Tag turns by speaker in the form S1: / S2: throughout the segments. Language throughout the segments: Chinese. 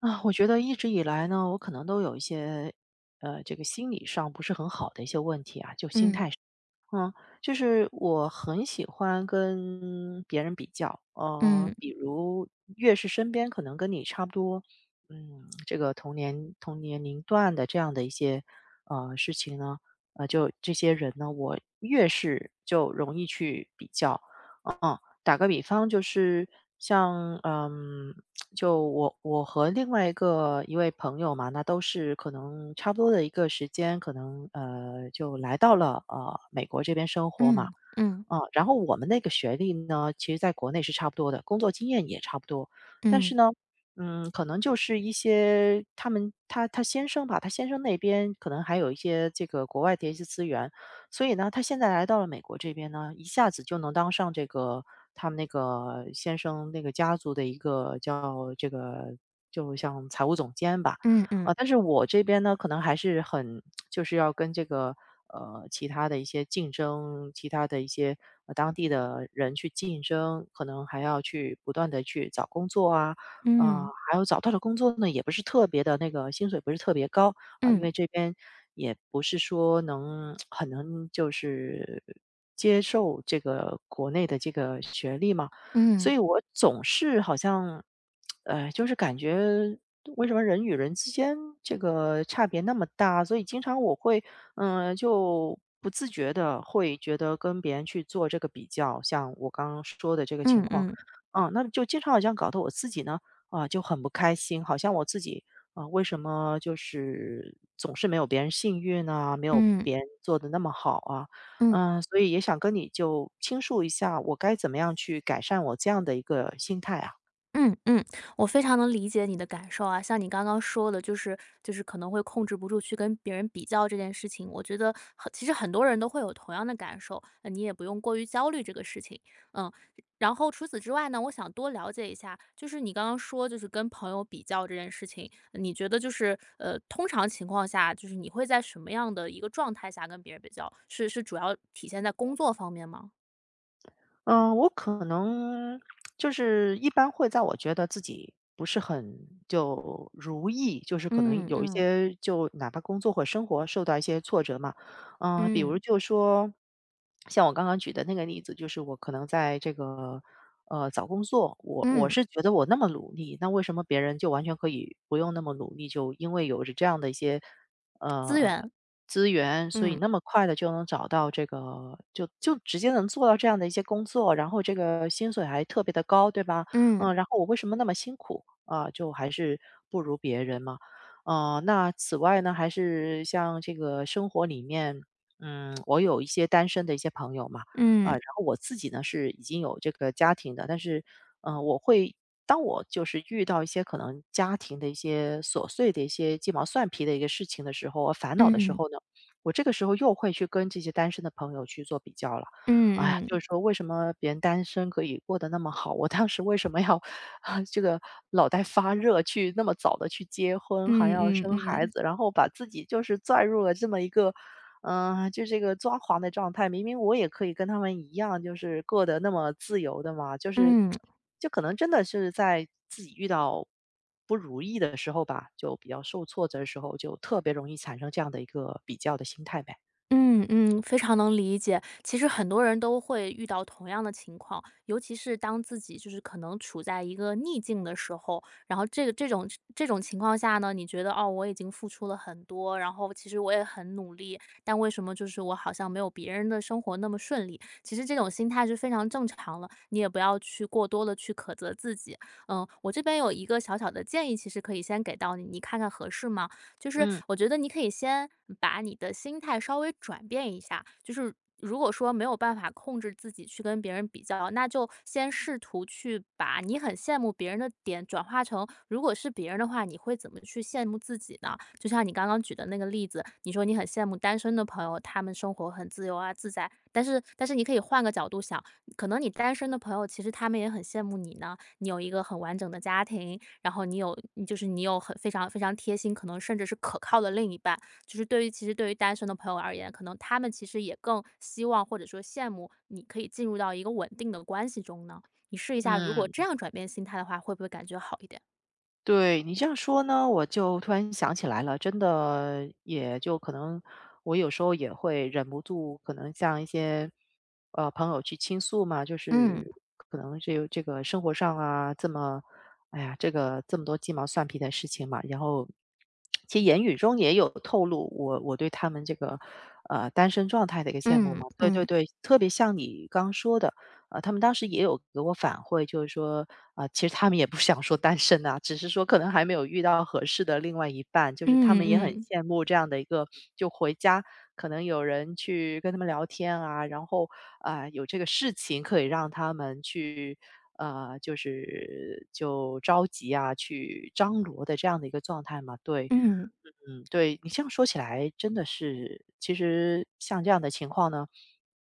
S1: 啊，我觉得一直以来呢，我可能都有一些，这个心理上不是很好的一些问题啊，就心态
S2: 嗯
S1: 上，嗯，就是我很喜欢跟别人比较，呃，
S2: 嗯
S1: 比如越是身边可能跟你差不多，嗯，这个同年龄段的这样的一些事情呢，呃，就这些人呢，我越是就容易去比较，嗯，打个比方就是像，嗯，就我和另外一个一位朋友嘛，那都是可能差不多的一个时间，可能，就来到了，美国这边生活嘛。
S2: 嗯嗯
S1: 嗯，然后我们那个学历呢，其实在国内是差不多的，工作经验也差不多。但是
S2: 嗯
S1: 呢，嗯，可能就是一些他先生吧，他先生那边可能还有一些这个国外的一些资源，所以呢，他现在来到了美国这边呢，一下子就能当上这个他们那个先生那个家族的一个叫这个就像财务总监吧。
S2: 嗯嗯
S1: 啊，但是我这边呢，可能还是很 就是要跟这个，呃，其他的一些竞争，其他的一些，呃，当地的人去竞争，可能还要去不断的去找工作啊，啊，
S2: 嗯
S1: 还有找到的工作呢，也不是特别的，那个薪水不是特别高。啊，因
S2: 嗯
S1: 为这边也不是说能很能就是接受这个国内的这个学历嘛，
S2: 嗯
S1: 所
S2: 嗯
S1: 以我总是好像，就是感觉为什么人与人之间这个差别那么大？所以经常我会，嗯、就不自觉的会觉得跟别人去做这个比较，像我刚刚说的这个情况，
S2: 嗯
S1: 嗯，那就经常好像搞得我自己呢，啊、就很不开心，好像我自己啊，为什么就是总是没有别人幸运啊，没有
S2: 嗯
S1: 别人做的那么好啊？
S2: 嗯。
S1: 嗯，所以也想跟你就倾诉一下，我该怎么样去改善我这样的一个心态啊？
S2: 嗯嗯，我非常能理解你的感受啊。像你刚刚说的，就是可能会控制不住去跟别人比较这件事情，我觉得其实很多人都会有同样的感受，你也不用过于焦虑这个事情。嗯，然后除此之外呢，我想多了解一下，就是你刚刚说就是跟朋友比较这件事情，你觉得通常情况下，就是你会在什么样的一个状态下跟别人比较？是主要体现在工作方面吗？
S1: 嗯，我可能就是一般会在我觉得自己不是很就如意，就是可能
S2: 嗯
S1: 有一
S2: 嗯
S1: 些就哪怕工作或生活受到一些挫折嘛，嗯、比如
S2: 嗯
S1: 就说像我刚刚举的那个例子，就是我可能在这个找工作，我
S2: 嗯，
S1: 是觉得我那么努力，那为什么别人就完全可以不用那么努力，就因为有着这样的一些。
S2: 资
S1: 呃
S2: 源，
S1: 资源，所以
S2: 嗯
S1: 那么快的就能找到这个就直接能做到这样的一些工作，然后这个薪水还特别的高，对吧？嗯，
S2: 嗯。
S1: 然后我为什么那么辛苦？啊，就还是不如别人嘛。呃，那此外呢，还是像这个生活里面，嗯，我有一些单身的一些朋友嘛。啊，
S2: 嗯，
S1: 然后我自己呢是已经有这个家庭的，但是，嗯，我会当我就是遇到一些可能家庭的一些琐碎的一些鸡毛蒜皮的一个事情的时候，烦恼的时
S2: 嗯，
S1: 候呢，我这个时候又会去跟这些单身的朋友去做比较了。哎呀，
S2: 嗯
S1: 就
S2: 嗯，
S1: 是说为什么别人单身可以过得那么好，我当时为什么要 啊这个脑袋发热去那么早的去结婚，还
S2: 嗯
S1: 要
S2: 嗯
S1: 生孩
S2: 嗯，
S1: 子，然后把自己就是拽入了这么一个。就这个抓狂的状态，明明我也可以跟他们一样，就是过得那么自由的嘛，就是，
S2: 嗯。
S1: 就可能真的是在自己遇到不如意的时候吧，就比较受挫折的时候，就特别容易产生这样的一个比较的心态呗。
S2: 嗯嗯，非常能理解。其实很多人都会遇到同样的情况，尤其是当自己就是可能处在一个逆境的时候，然后这个这种情况下呢，你觉得哦，我已经付出了很多，然后其实我也很努力，但为什么就是我好像没有别人的生活那么顺利？其实这种心态是非常正常了，你也不要去过多的去苛责自己。嗯，我这边有一个小小的建议，其实可以先给到你，你看看合适吗？就是
S1: 嗯
S2: 我觉得你可以先把你的心态稍微转变一下，就是如果说没有办法控制自己去跟别人比较，那就先试图去把你很羡慕别人的点转化成，如果是别人的话，你会怎么去羡慕自己呢？就像你刚刚举的那个例子，你说你很羡慕单身的朋友，他们生活很自由啊自在，但是你可以换个角度想，可能你单身的朋友其实他们也很羡慕你呢，你有一个很完整的家庭，然后你有你就是你有很非常非常贴心，可能甚至是可靠的另一半。就是对于其实对于单身的朋友而言，可能他们其实也更希望或者说羡慕你可以进入到一个稳定的关系中呢。你试一下，如果
S1: 嗯。
S2: 这样转变心态的话，会不会感觉好一点？
S1: 对，你这样说呢，我就突然想起来了，真的也就可能我有时候也会忍不住，可能向一些朋友去倾诉嘛，就
S2: 嗯
S1: 是可能这个生活上啊，这么哎呀，这个这么多鸡毛蒜皮的事情嘛，然后其实言语中也有透露我对他们这个单身状态的一个羡慕
S2: 嗯
S1: 嘛，对对
S2: 嗯
S1: 对，特别像你刚说的。呃，他们当时也有给我反馈，就是说，啊、其实他们也不想说单身啊，只是说可能还没有遇到合适的另外一半，就是他们
S2: 嗯
S1: 也很
S2: 嗯
S1: 羡慕这样的一个，就回家可能有人去跟他们聊天啊，然后啊、有这个事情可以让他们去。呃，就是就着急啊，去张罗的这样的一个状态嘛，对，
S2: 嗯，
S1: 嗯，对你这样说起来，真的是，其实像这样的情况呢，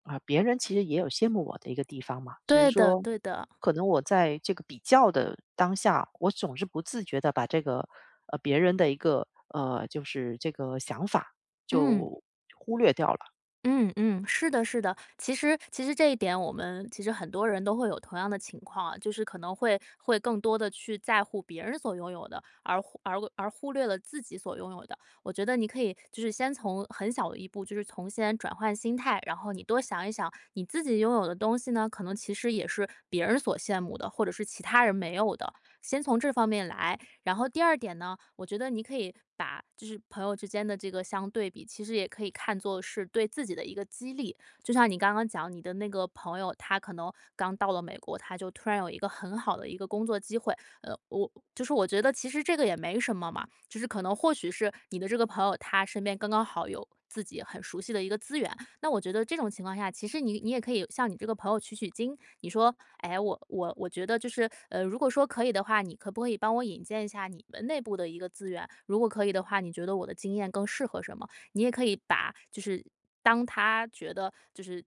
S1: 啊，别人其实也有羡慕我的一个地方嘛，只是
S2: 对的
S1: 说
S2: 对的，
S1: 可能我在这个比较的当下，我总是不自觉的把这个别人的一个就是这个想法
S2: 嗯。
S1: 就忽略掉了。
S2: 嗯嗯，是的，是的。其实这一点，我们其实很多人都会有同样的情况啊，就是可能会会更多的去在乎别人所拥有的，而而忽略了自己所拥有的。我觉得你可以就是先从很小的一步，就是从先转换心态，然后你多想一想，你自己拥有的东西呢，可能其实也是别人所羡慕的，或者是其他人没有的。先从这方面来。然后第二点呢，我觉得你可以把就是朋友之间的这个相对比，其实也可以看作是对自己的一个激励。就像你刚刚讲，你的那个朋友，他可能刚到了美国，他就突然有一个很好的一个工作机会，我就是我觉得其实这个也没什么嘛，就是可能或许是你的这个朋友他身边刚刚好有自己很熟悉的一个资源，那我觉得这种情况下，其实你你也可以向你这个朋友取取经，你说，哎，我觉得如果说可以的话，你可不可以帮我引荐一下你们内部的一个资源？如果可以的话，你觉得我的经验更适合什么？你也可以把就是当他觉得就是。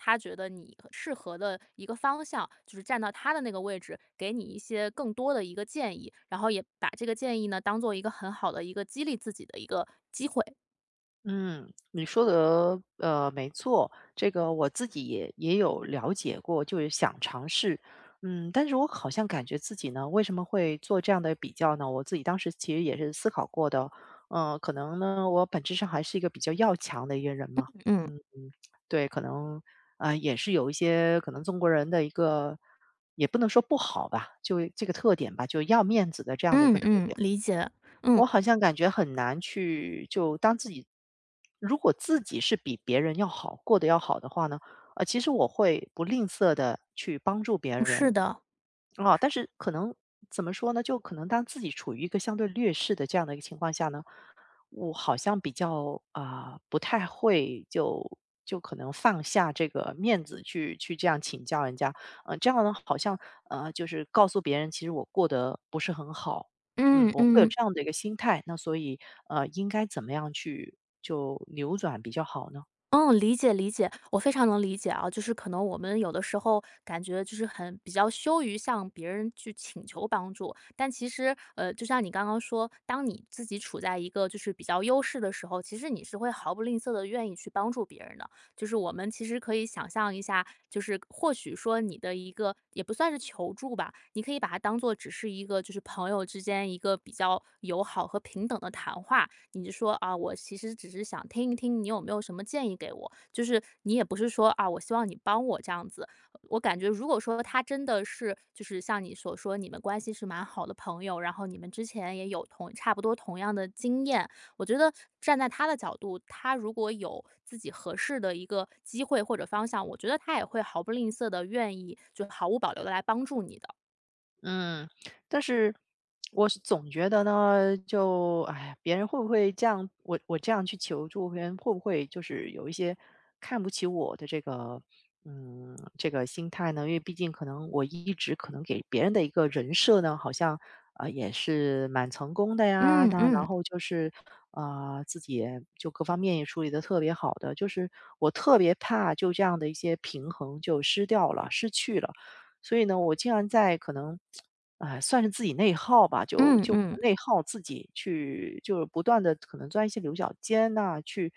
S2: 他觉得你适合的一个方向，就是站到他的那个位置，给你一些更多的一个建议，然后也把这个建议呢当做一个很好的一个激励自己的一个机会。
S1: 嗯，你说的没错，这个我自己也有了解过，就是想尝试，嗯，但是我好像感觉自己呢，为什么会做这样的比较呢？我自己当时其实也是思考过的，嗯、可能呢，我本质上还是一个比较要强的一个人嘛，
S2: 嗯
S1: 嗯，对，可能啊、也是有一些可能中国人的一个，也不能说不好吧，就这个特点吧，就要面子的这样的一个
S2: 嗯
S1: 特
S2: 嗯，
S1: 点。
S2: 理解。嗯，
S1: 我好像感觉很难去就当自己，如果自己是比别人要好，过得要好的话呢，呃，其实我会不吝啬的去帮助别人，
S2: 是的。
S1: 啊，但是可能怎么说呢？就可能当自己处于一个相对劣势的这样的一个情况下呢，我好像比较啊、不太会就可能放下这个面子去这样请教人家，呃，这样呢好像就是告诉别人其实我过得不是很好，嗯，
S2: 嗯
S1: 我会有
S2: 嗯。
S1: 这样的一个心态，那所以应该怎么样去就扭转比较好呢？
S2: 嗯，理解理解，我非常能理解啊。就是可能我们有的时候感觉就是比较羞于向别人去请求帮助，但其实就像你刚刚说，当你自己处在一个就是比较优势的时候，其实你是会毫不吝啬的愿意去帮助别人的。就是我们其实可以想象一下，就是或许说你的一个也不算是求助吧，你可以把它当做只是一个就是朋友之间一个比较友好和平等的谈话。你就说啊，我其实只是想听一听你有没有什么建议给我，就是你也不是说啊，我希望你帮我这样子。我感觉如果说他真的是就是像你所说，你们关系是蛮好的朋友，然后你们之前也有同差不多同样的经验，我觉得站在他的角度，他如果有自己合适的一个机会或者方向，我觉得他也会毫不吝啬的愿意就毫无保留的来帮助你的。
S1: 嗯，但是我总觉得呢，就哎，别人会不会这样，我这样去求助，别人会不会就是有一些看不起我的这个嗯这个心态呢？因为毕竟可能我一直可能给别人的一个人设呢，好像啊也是蛮成功的呀，
S2: 嗯
S1: 那然
S2: 嗯
S1: 后就是啊，自己也就各方面也处理的特别好的，就是我特别怕就这样的一些平衡就失掉了、失去了。所以呢，我竟然在可能，哎，算是自己内耗吧，就
S2: 嗯
S1: 就
S2: 嗯
S1: 内耗自己去，就是不断的可能钻一些牛角尖呐、去，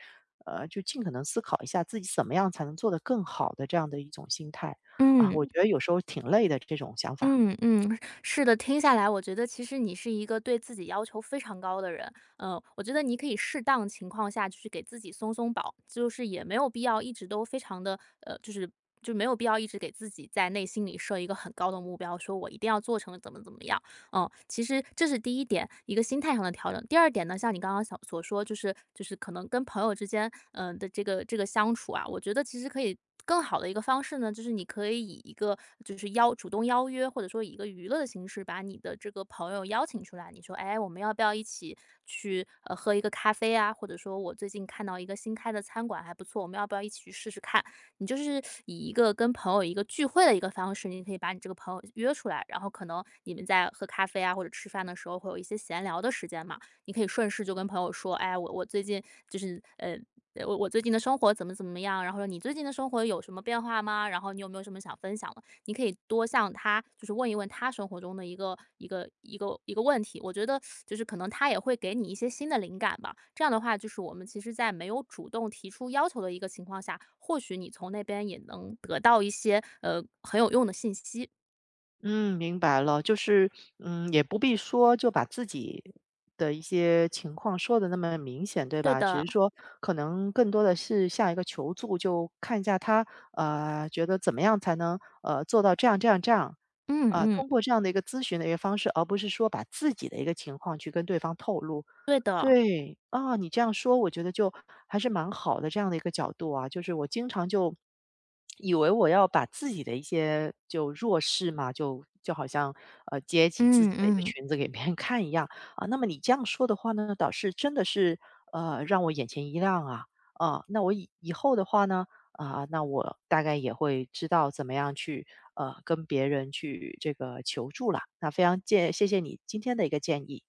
S1: 呃，就尽可能思考一下自己怎么样才能做得更好的这样的一种心态啊，我
S2: 嗯
S1: 觉得有时候挺累的这种想法。
S2: 嗯嗯，是的，听下来我觉得其实你是一个对自己要求非常高的人，嗯，我觉得你可以适当情况下去给自己松松绑，就是也没有必要一直都非常的，就是就没有必要一直给自己在内心里设一个很高的目标，说我一定要做成怎么怎么样。嗯，其实这是第一点，一个心态上的调整。第二点呢，像你刚刚想所说，就是就是可能跟朋友之间，嗯、的这个相处啊，我觉得其实可以。更好的一个方式呢，就是你可以以一个就是主动邀约，或者说以一个娱乐的形式，把你的这个朋友邀请出来。你说，哎，我们要不要一起去喝一个咖啡啊？或者说我最近看到一个新开的餐馆还不错，我们要不要一起去试试看？你就是以一个跟朋友一个聚会的一个方式，你可以把你这个朋友约出来，然后可能你们在喝咖啡啊或者吃饭的时候会有一些闲聊的时间嘛，你可以顺势就跟朋友说，哎，就是呃。我最近的生活怎么怎么样？然后说你最近的生活有什么变化吗？然后你有没有什么想分享的？你可以多向他就是问一问他生活中的一个一个一个一个问题，我觉得就是可能他也会给你一些新的灵感吧。这样的话，就是我们其实在没有主动提出要求的一个情况下，或许你从那边也能得到一些很有用的信息。
S1: 嗯，明白了，就是，嗯，也不必说就把自己的一些情况说的那么明显，对
S2: 对
S1: 吧？只
S2: 的，
S1: 是说可能更多的是像一个求助，就看一下他，呃，觉得怎么样才能，呃，做到这样这样这样，
S2: 嗯
S1: 呃，
S2: 嗯，
S1: 通过这样的一个咨询的一个方式，而不是说把自己的一个情况去跟对方透露。
S2: 对的，
S1: 对，啊，你这样说，我觉得就还是蛮好的这样的一个角度啊。就是我经常就以为我要把自己的一些就弱势嘛，就好像揭起自
S2: 嗯
S1: 己的一个
S2: 嗯。
S1: 裙子给别人看一样啊。那么你这样说的话呢，倒是真的是让我眼前一亮啊啊。那我以后的话呢啊，那我大概也会知道怎么样去跟别人去这个求助了。那非常建谢谢你今天的一个建议。